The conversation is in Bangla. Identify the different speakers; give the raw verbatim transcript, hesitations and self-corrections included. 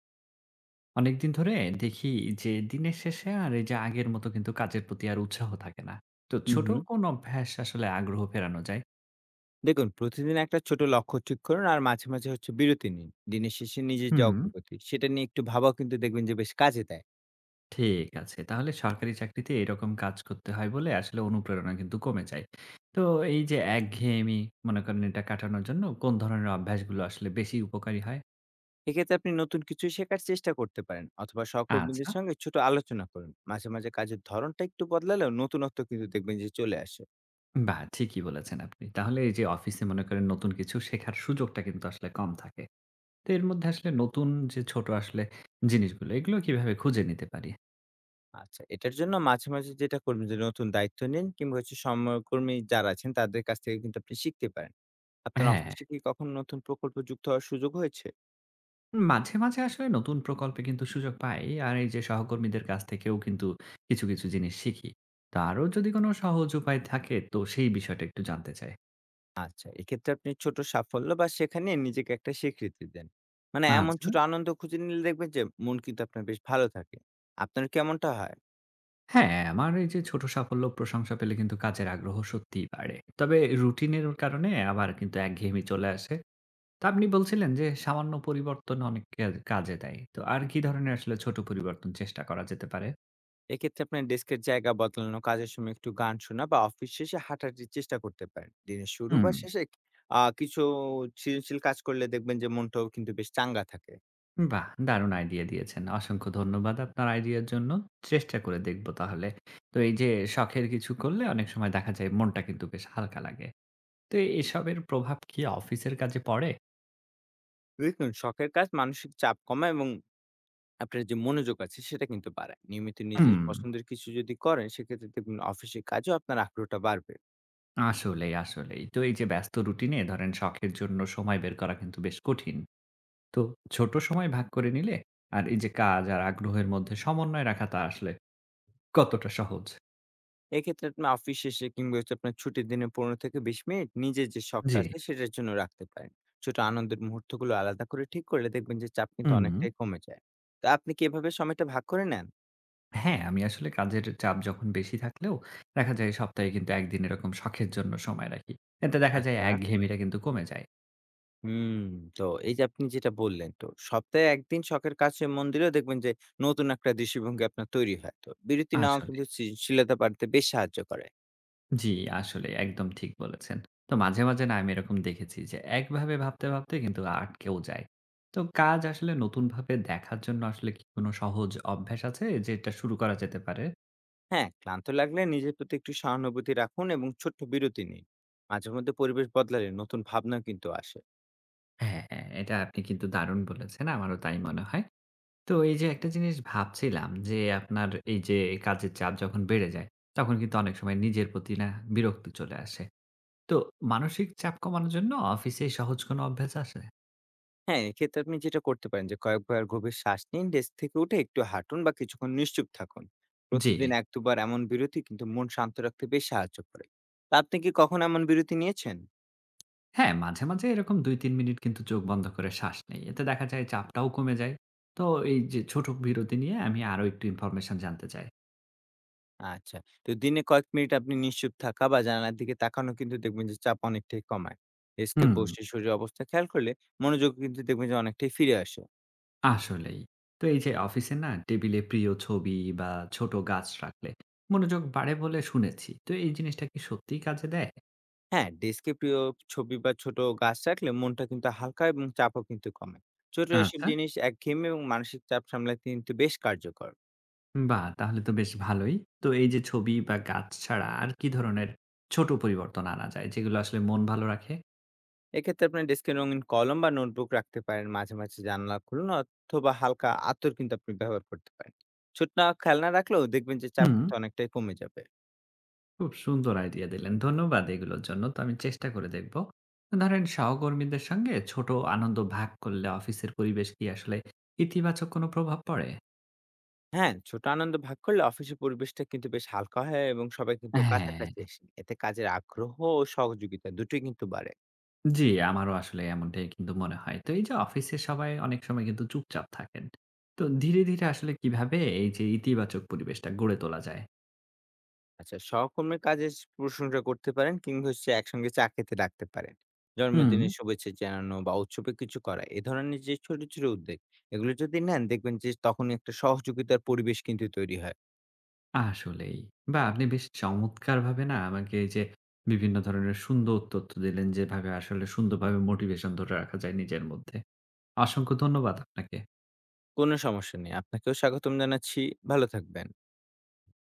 Speaker 1: অনেকদিন ধরে দেখি যে দিনের শেষে আর এই যে আগের মতো কিন্তু কাজের প্রতি আর উৎসাহ থাকে না। তো
Speaker 2: হুম,
Speaker 1: ছোট
Speaker 2: হুম।
Speaker 1: কোন অভ্যাস আসলে আগ্রহ ফেরানো যায়?
Speaker 2: দেখুন প্রতিদিন একটা ছোট লক্ষ্য ঠিক করুন আর মাঝে, মাঝে হচ্ছে বিরতি নিন। দিনের শেষে নিজের যে
Speaker 1: হুম।
Speaker 2: অগ্রগতি সেটা নিয়ে একটু ভাবাও কিন্তু দেখবেন যে বেশ কাজে দেয়।
Speaker 1: ঠিক আছে, তাহলে সরকারি চাকরিতে এরকম কাজ করতে হয় বলে আসলে অনুপ্রেরণা কিন্তু কমে যায়। তো এই যে একঘেয়েমি, মনে করেন এটা কাটানোর জন্য কোন ধরনের অভ্যাসগুলো আসলে বেশি উপকারী হয়?
Speaker 2: এক্ষেত্রে আপনি নতুন কিছু শেখার চেষ্টা করতে পারেন অথবা
Speaker 1: আচ্ছা,
Speaker 2: সহকর্মীদের সঙ্গে ছোট আলোচনা করুন। মাঝে, মাঝে কাজের ধরনটা একটু বদলালেও নতুনত্ব কিন্তু দেখবেন যে চলে আসে।
Speaker 1: বাহ, ঠিকই বলেছেন আপনি। তাহলে এই যে অফিসে মনে করেন নতুন কিছু শেখার সুযোগটা কিন্তু আসলে কম থাকে। তো এর মধ্যে আসলে নতুন যে ছোট আসলে জিনিসগুলো, এগুলো কিভাবে খুঁজে নিতে পারি?
Speaker 2: আচ্ছা এটার জন্য মাঝে, মাঝে যেটা করবেন যে নতুন দায়িত্ব নিন কিংবা হচ্ছে সহকর্মী যারা আছেন তাদের কাছ থেকে কিন্তু আপনি শিখতে পারেন। আপনার
Speaker 1: হ্যাঁ,
Speaker 2: অফিসে কি কখনো নতুন প্রকল্প যুক্ত হওয়ার সুযোগ হয়েছে?
Speaker 1: মাঝে, মাঝে আসলে নতুন প্রকল্পে কিন্তু সুযোগ পাই। আর এই যে সহকর্মীদের কাছ থেকেও কিন্তু কিছু, কিছু জিনিস শিখি। তো আরো যদি কোনো সহজ উপায় থাকে তো সেই বিষয়টা একটু জানতে চাই।
Speaker 2: আচ্ছা, এক্ষেত্রে আপনি ছোট সাফল্য বা শেখা নিয়ে নিজেকে একটা স্বীকৃতি দেন। মানে এমন
Speaker 1: আচ্ছা।
Speaker 2: ছোট আনন্দ খুঁজে নিলে দেখবেন যে মন কিন্তু আপনার বেশ ভালো থাকে। আপনার কি এমনটা হয়?
Speaker 1: হ্যাঁ, আমার এই যে ছোট সাফল্য প্রশংসা পেলে কিন্তু কাজের আগ্রহ সত্যিই বাড়ে। তবে রুটিনের কারণে আবার কিন্তু একঘেয়েমি চলে আসে। তো আপনি বলছিলেন যে সামান্য পরিবর্তন অনেক কে কাজে দেয়। তো আর কি ধরনের আসলে ছোট পরিবর্তন চেষ্টা করা যেতে পারে?
Speaker 2: এক্ষেত্রে আপনার ডেস্কের জায়গা বদলানো, কাজের সময় একটু গান শোনা বা অফিস শেষে হাঁটার যে চেষ্টা করতে পারেন। দিনের শুরু
Speaker 1: হুম,
Speaker 2: বা শেষে আ কিছু সৃজনশীল কাজ করলে দেখবেন যে মনটাও কিন্তু বেশ চাঙ্গা থাকে।
Speaker 1: বাহ! দারুণ আইডিয়া দিয়েছেন। অসংখ্য ধন্যবাদ আপনার আইডিয়ার জন্য। চেষ্টা করে দেখব তাহলে। তো এই যে শখের কিছু করলে অনেক সময় দেখা যায় মনটা কিন্তু বেশ হালকা লাগে। তো এসবের প্রভাব কি অফিসের কাজে পড়ে?
Speaker 2: দেখুন শখের কাজ মানসিক চাপ কমায় এবং আপনার যে মনোযোগ আছে সেটা কিন্তু বাড়ায়। নিয়মিত নিজের
Speaker 1: হুম,
Speaker 2: পছন্দের কিছু যদি করেন সেক্ষেত্রে দেখবেন অফিসের কাজেও আপনার আগ্রহটা বাড়বে।
Speaker 1: আসলেই, আসলেই। তো এই যে ব্যস্ত রুটিনে ধরেন শখের জন্য সময় বের করা কিন্তু বেশ কঠিন। তো ছোট সময় ভাগ করে নিলে আর এই যে কাজ আর আগ্রহের মধ্যে সমন্বয় রাখাটা আসলে কতটা সহজ?
Speaker 2: এক্ষেত্রে আপনার অফিস শেষে কিংবা হচ্ছে আপনার ছুটির দিনে পনেরো থেকে কুড়ি মিনিট নিজের যে শখটা
Speaker 1: জি,
Speaker 2: আছে সেটার জন্য রাখতে পারেন। ছোট আনন্দের মুহূর্তগুলো আলাদা করে ঠিক করলে দেখবেন যে চাপ কিন্তু
Speaker 1: হুম।
Speaker 2: অনেকটাই কমে যায়। তো আপনি কি এভাবে সময়টা ভাগ করে নেন?
Speaker 1: হ্যাঁ, আমি আসলে কাজের চাপ যখন বেশি থাকলেও দেখা যায় সপ্তাহে কিন্তু এক দিন এরকম শখের জন্য সময় রাখি। এতে দেখা যায়
Speaker 2: আচ্ছা।
Speaker 1: একঘেয়েমিটা কিন্তু কমে যায়।
Speaker 2: হুম, তো এই যে আপনি যেটা বললেন, তো সপ্তাহে এক দিন শখের কাছে মন দিলেও দেখবেন যে নতুন একটা দৃষ্টিভঙ্গি আপনার তৈরি হয়। তো বিরতি নেওয়া
Speaker 1: আসলে
Speaker 2: কিন্তু সৃজনশীলতা বাড়তে বেশ সাহায্য করে।
Speaker 1: জি, আসলে একদম ঠিক বলেছেন। তো মাঝে, মাঝে না আমি এরকম দেখেছি যে একভাবে ভাবতে, ভাবতে কিন্তু আটকেও যায়। তো কাজ আসলে নতুনভাবে দেখার জন্য আসলে কি কোনো সহজ অভ্যাস আছে যেটা শুরু করা যেতে পারে?
Speaker 2: হ্যাঁ, ক্লান্ত লাগলে নিজের প্রতি একটু সহানুভূতি রাখুন এবং ছোট্ট বিরতি নিন। মাঝে মধ্যে পরিবেশ বদলালে নতুন ভাবনা কিন্তু আসে।
Speaker 1: হ্যাঁ, হ্যাঁ, এটা আপনি কিন্তু দারুণ বলেছেন। আমারও তাই মনে হয়। তো এই যে একটা জিনিস ভাবছিলাম যে আপনার এই যে কাজের চাপ যখন বেড়ে যায়, তখন কিন্তু অনেক সময় নিজের প্রতি না বিরক্তি চলে আসে। তো মানসিক চাপ কমানোর জন্য অফিসে সহজ কোনো অভ্যাস আছে?
Speaker 2: হ্যাঁ, এক্ষেত্রে আপনি যেটা করতে পারেন যে কয়েকবার গভীর শ্বাস নিন, ডেস্ক থেকে উঠে একটু হাঁটুন বা কিছুক্ষণ নিশ্চুপ থাকুন।
Speaker 1: জি।
Speaker 2: প্রতিদিন এক থেকে দুই বার এমন বিরতি কিন্তু মন শান্ত রাখতে বেশ সাহায্য করে। তা আপনি কি কখনো এমন বিরতি নিয়েছেন?
Speaker 1: হ্যাঁ, মাঝে, মাঝে এরকম দুই তিন মিনিট কিন্তু চোখ বন্ধ করে শ্বাস নেই। এতে দেখা যায় চাপটাও কমে যায়। তো এই যে ছোট বিরতি নিয়ে আমি আরো একটু ইনফরমেশন জানতে চাই।
Speaker 2: আচ্ছা, তো দিনে কয়েক মিনিট আপনি নিশ্চুপ থাকা বা জানালার দিকে তাকানো কিন্তু দেখবেন যে চাপ অনেকটাই কমায়। ডেস্কে
Speaker 1: হুম,
Speaker 2: বসে শরীরের অবস্থা খেয়াল করলে মনোযোগ কিন্তু দেখবেন যে অনেকটাই ফিরে আসে।
Speaker 1: আসলেই। তো এই যে অফিসে না টেবিলে প্রিয় ছবি বা ছোট গাছ রাখলে মনোযোগ বাড়ে বলে শুনেছি। তো এই জিনিসটা কি সত্যিই কাজে দেয়?
Speaker 2: হ্যাঁ, ডেস্কে প্রিয় ছবি বা ছোট গাছ রাখলে মনটা কিন্তু হালকা এবং চাপও কিন্তু কমে। ছোট এসব
Speaker 1: আচ্ছা,
Speaker 2: জিনিস একঘেয়েমি এবং মানসিক চাপ সামলাতে কিন্তু বেশ কার্যকর।
Speaker 1: বাহ! তাহলে তো বেশ ভালোই। তো এই যে ছবি বা গাছ ছাড়া আর কি ধরনের ছোট পরিবর্তন আনা যায় যেগুলো আসলে মন ভালো রাখে?
Speaker 2: এক্ষেত্রে আপনার ডেস্কে রঙিন কলম বা নোটবুক রাখতে পারেন। মাঝে, মাঝে জানালা খুলুন অথবা হালকা আতর কিন্তু আপনি ব্যবহার করতে পারেন। ছোট না খেলনা রাখলেও দেখবেন যে চাপ
Speaker 1: হুম,
Speaker 2: কিন্তু অনেকটাই কমে যাবে।
Speaker 1: খুব সুন্দর আইডিয়া দিলেন। ধন্যবাদ এগুলোর জন্য। তো আমি চেষ্টা করে দেখব। ধরেন সহকর্মীদের সঙ্গে ছোট আনন্দ ভাগ করলে অফিসের পরিবেশ কি আসলে ইতিবাচক কোনো প্রভাব পড়ে?
Speaker 2: হ্যাঁ, ছোট আনন্দ ভাগ করলে অফিসের পরিবেশটা কিন্তু বেশ হালকা হয় এবং সবাই কিন্তু
Speaker 1: হ্যাঁ,
Speaker 2: কাছাকাছি আসে। এতে কাজের আগ্রহ ও সহযোগিতা দুটোই কিন্তু বাড়ে।
Speaker 1: জি আমারও আসলে এমনটাই কিন্তু মনে হয়। তো এই যে অফিসে সবাই অনেক সময় কিন্তু চুপচাপ থাকেন। তো ধীরে, ধীরে আসলে কিভাবে এই যে ইতিবাচক পরিবেশটা গড়ে তোলা যায়?
Speaker 2: আচ্ছা, সহকর্মীর কাজের স প্রশংসা করতে পারেন কিংবা হচ্ছে একসঙ্গে চা খেতে ডাকতে পারেন।
Speaker 1: হুম।
Speaker 2: জন্মদিনের শুভেচ্ছা জানানো বা উৎসবে কিছু করা। এ ধরনের যে ছোট, ছোট উদ্যোগ, এগুলো যদি নেন দেখবেন যে তখনই একটা সহযোগিতার পরিবেশ কিন্তু তৈরি হয়।
Speaker 1: আসলেই। বাহ! আপনি বেশ চমৎকারভাবে না আমাকে এই যে বিভিন্ন ধরনের সুন্দর তথ্য দিলেন, যেভাবে আসলে সুন্দরভাবে মোটিভেশন ধরে রাখা যায় নিজের মধ্যে। অসংখ্য ধন্যবাদ আপনাকে।
Speaker 2: কোনো সমস্যা নেই। আপনাকেও স্বাগতম জানাচ্ছি। ভালো থাকবেন।